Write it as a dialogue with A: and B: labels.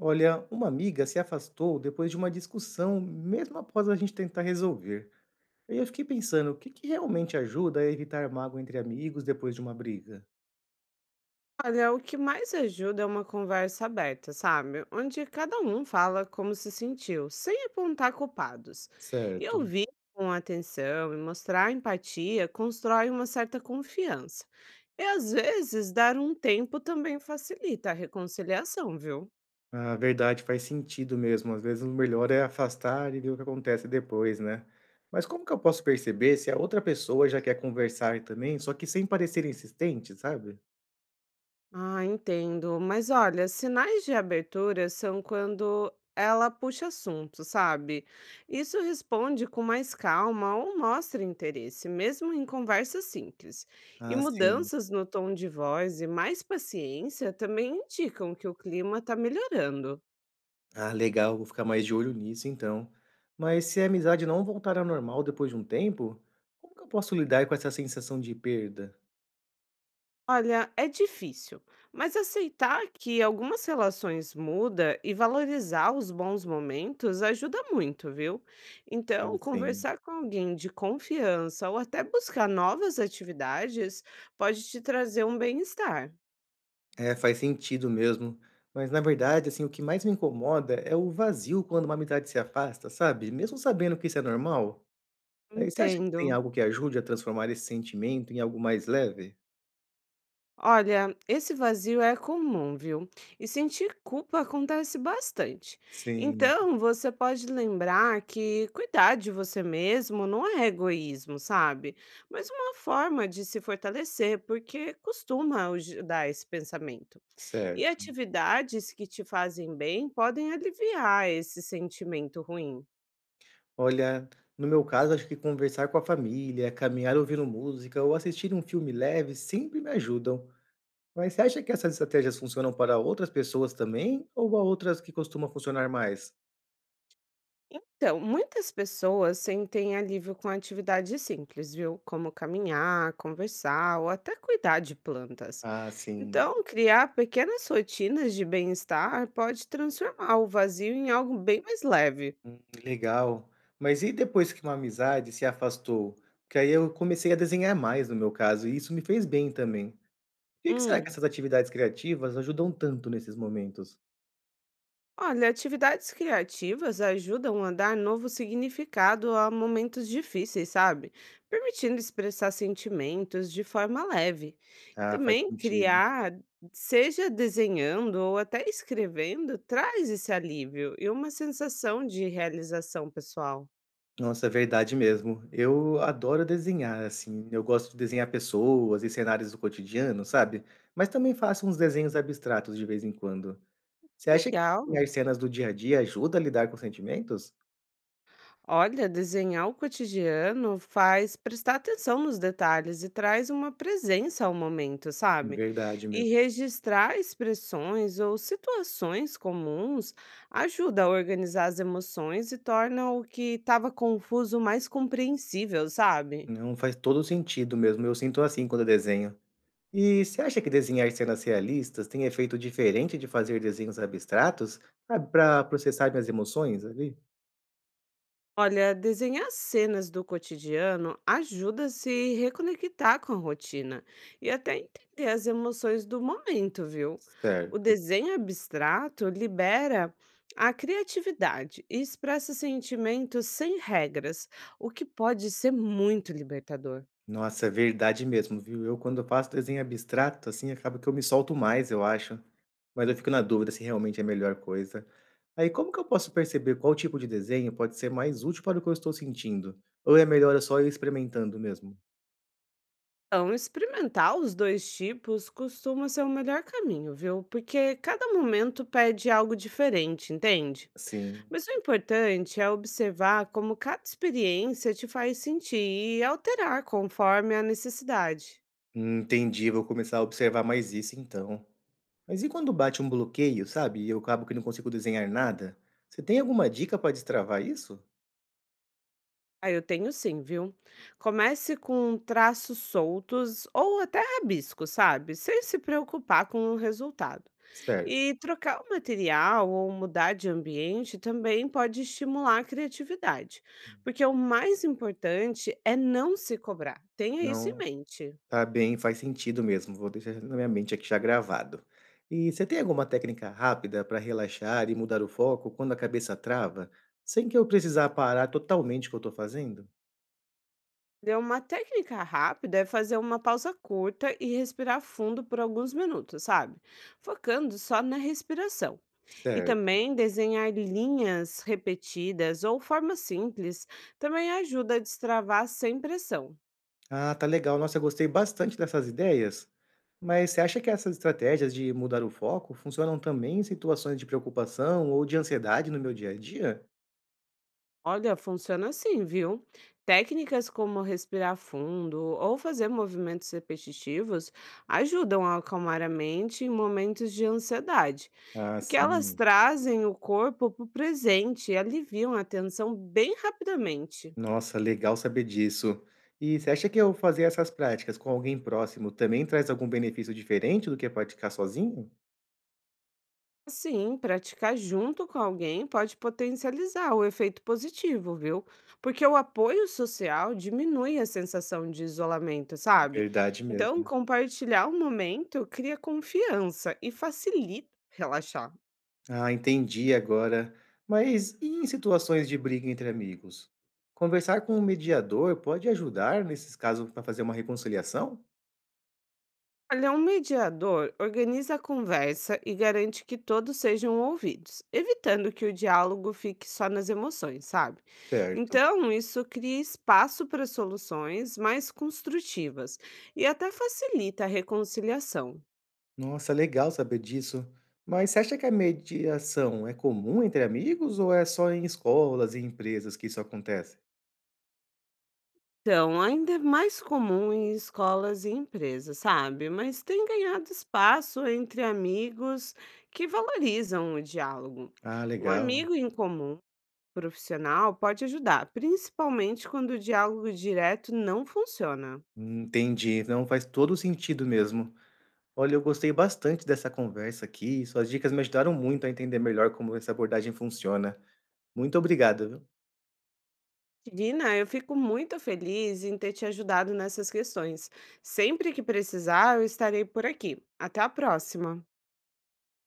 A: Olha, uma amiga se afastou depois de uma discussão, mesmo após a gente tentar resolver. E eu fiquei pensando, o que que realmente ajuda a evitar mágoa entre amigos depois de uma briga?
B: Olha, o que mais ajuda é uma conversa aberta, sabe? Onde cada um fala como se sentiu, sem apontar culpados. E
A: Certo.
B: ouvir com atenção e mostrar empatia constrói uma certa confiança. E às vezes dar um tempo também facilita a reconciliação, viu?
A: A verdade faz sentido mesmo, às vezes o melhor é afastar e ver o que acontece depois, né? Mas como que eu posso perceber se a outra pessoa já quer conversar também, só que sem parecer insistente, sabe?
B: Ah, entendo. Mas olha, sinais de abertura são quando ela puxa assunto, sabe? Isso responde com mais calma ou mostra interesse, mesmo em conversas simples. E
A: Ah, sim.
B: mudanças no tom de voz e mais paciência também indicam que o clima está melhorando.
A: Ah, legal, vou ficar mais de olho nisso então. Mas se a amizade não voltar ao normal depois de um tempo, como que eu posso lidar com essa sensação de perda?
B: Olha, é difícil, mas aceitar que algumas relações muda e valorizar os bons momentos ajuda muito, viu?
A: Ah,
B: Então,
A: sim.
B: conversar com alguém de confiança ou até buscar novas atividades pode te trazer um bem-estar.
A: É, faz sentido mesmo. Mas na verdade, assim, o que mais me incomoda é o vazio quando uma amizade se afasta, sabe? Mesmo sabendo que isso é normal. Aí você acha que
B: Entendo.
A: tem algo que ajude a transformar esse sentimento em algo mais leve?
B: Olha, esse vazio é comum, viu? E sentir culpa acontece bastante.
A: Sim,
B: Então, você pode lembrar que cuidar de você mesmo não é egoísmo, sabe? Mas uma forma de se fortalecer, porque costuma dar esse pensamento. E
A: certo.
B: atividades que te fazem bem podem aliviar esse sentimento ruim.
A: Olha, no meu caso, acho que conversar com a família, caminhar ouvindo música ou assistir um filme leve sempre me ajudam. Mas você acha que essas estratégias funcionam para outras pessoas também ou há outras que costumam funcionar mais?
B: Então, muitas pessoas sentem alívio com atividades simples, viu? Como caminhar, conversar ou até cuidar de plantas.
A: Ah, sim.
B: Então, criar pequenas rotinas de bem-estar pode transformar o vazio em algo bem mais leve.
A: Hum, legal. Mas e depois que uma amizade se afastou? Que aí eu comecei a desenhar mais no meu caso, e isso me fez bem também. Por que que será que
B: Hum.
A: essas atividades criativas ajudam tanto nesses momentos?
B: Olha, atividades criativas ajudam a dar novo significado a momentos difíceis, sabe? Permitindo expressar sentimentos de forma leve.
A: Ah, faz
B: Também
A: sentido.
B: criar, seja desenhando ou até escrevendo, traz esse alívio e uma sensação de realização pessoal.
A: Nossa, é verdade mesmo. Eu adoro desenhar, assim. Eu gosto de desenhar pessoas e cenários do cotidiano, sabe? Mas também faço uns desenhos abstratos de vez em quando. Você acha que desenhar
B: Legal.
A: cenas do dia a dia ajuda a lidar com sentimentos?
B: Olha, desenhar o cotidiano faz prestar atenção nos detalhes e traz uma presença ao momento, sabe?
A: Verdade
B: E
A: mesmo.
B: registrar expressões ou situações comuns ajuda a organizar as emoções e torna o que estava confuso mais compreensível, sabe?
A: Não, faz todo sentido mesmo, eu sinto assim quando eu desenho. E você acha que desenhar cenas realistas tem efeito diferente de fazer desenhos abstratos, sabe, pra processar minhas emoções ali?
B: Olha, desenhar cenas do cotidiano ajuda a se reconectar com a rotina e até entender as emoções do momento, viu? O
A: Certo.
B: desenho abstrato libera a criatividade e expressa sentimentos sem regras, o que pode ser muito libertador.
A: Nossa, é verdade mesmo, viu? Eu quando eu faço desenho abstrato, assim, acaba que eu me solto mais, eu acho. Mas eu fico na dúvida se realmente é a melhor coisa. Aí como que eu posso perceber qual tipo de desenho pode ser mais útil para o que eu estou sentindo? Ou é melhor eu só ir experimentando mesmo?
B: Então, experimentar os dois tipos costuma ser o melhor caminho, viu? Porque cada momento pede algo diferente, entende?
A: Sim.
B: Mas o importante é observar como cada experiência te faz sentir e alterar conforme a necessidade.
A: Entendi, vou começar a observar mais isso então. Mas e quando bate um bloqueio, sabe? E eu acabo que não consigo desenhar nada? Você tem alguma dica para destravar isso?
B: Aí eu tenho sim, viu? Comece com traços soltos ou até rabiscos, sabe? Sem se preocupar com o resultado.
A: Certo.
B: E trocar o material ou mudar de ambiente também pode estimular a criatividade, porque o mais importante é não se cobrar. Tenha isso em
A: Não,
B: mente.
A: tá bem, faz sentido mesmo. Vou deixar na minha mente aqui já gravado. E você tem alguma técnica rápida para relaxar e mudar o foco quando a cabeça trava, sem que eu precisar parar totalmente o que eu estou fazendo?
B: Deu uma técnica rápida é fazer uma pausa curta e respirar fundo por alguns minutos, sabe? Focando só na respiração. E
A: Certo.
B: também desenhar linhas repetidas ou formas simples também ajuda a destravar sem pressão.
A: Ah, tá legal. Nossa, eu gostei bastante dessas ideias. Mas você acha que essas estratégias de mudar o foco funcionam também em situações de preocupação ou de ansiedade no meu dia a dia?
B: Olha, funciona assim, viu? Técnicas como respirar fundo ou fazer movimentos repetitivos ajudam a acalmar a mente em momentos de ansiedade,
A: Ah,
B: porque elas
A: sim.
B: trazem o corpo para o presente e aliviam a tensão bem rapidamente.
A: Nossa, legal saber disso. E você acha que eu fazer essas práticas com alguém próximo também traz algum benefício diferente do que praticar sozinho?
B: Sim, praticar junto com alguém pode potencializar o efeito positivo, viu? Porque o apoio social diminui a sensação de isolamento, sabe?
A: Verdade
B: Então,
A: mesmo.
B: compartilhar o momento cria confiança e facilita relaxar.
A: Ah, entendi agora. Mas e em situações de briga entre amigos? Conversar com um mediador pode ajudar nesses casos para fazer uma reconciliação?
B: Olha, um mediador organiza a conversa e garante que todos sejam ouvidos, evitando que o diálogo fique só nas emoções, sabe?
A: Certo.
B: Então, isso cria espaço para soluções mais construtivas e até facilita a reconciliação.
A: Nossa, legal saber disso. Mas você acha que a mediação é comum entre amigos ou é só em escolas e empresas que isso acontece?
B: Então, ainda é mais comum em escolas e empresas, sabe? Mas tem ganhado espaço entre amigos que valorizam o diálogo.
A: Ah,
B: Um
A: legal.
B: amigo em comum profissional pode ajudar, principalmente quando o diálogo direto não funciona.
A: Entendi. Não, faz todo sentido mesmo. Olha, eu gostei bastante dessa conversa aqui. Suas dicas me ajudaram muito a entender melhor como essa abordagem funciona. Muito obrigado, viu?
B: Gina, eu fico muito feliz em ter te ajudado nessas questões. Sempre que precisar, eu estarei por aqui. Até a próxima!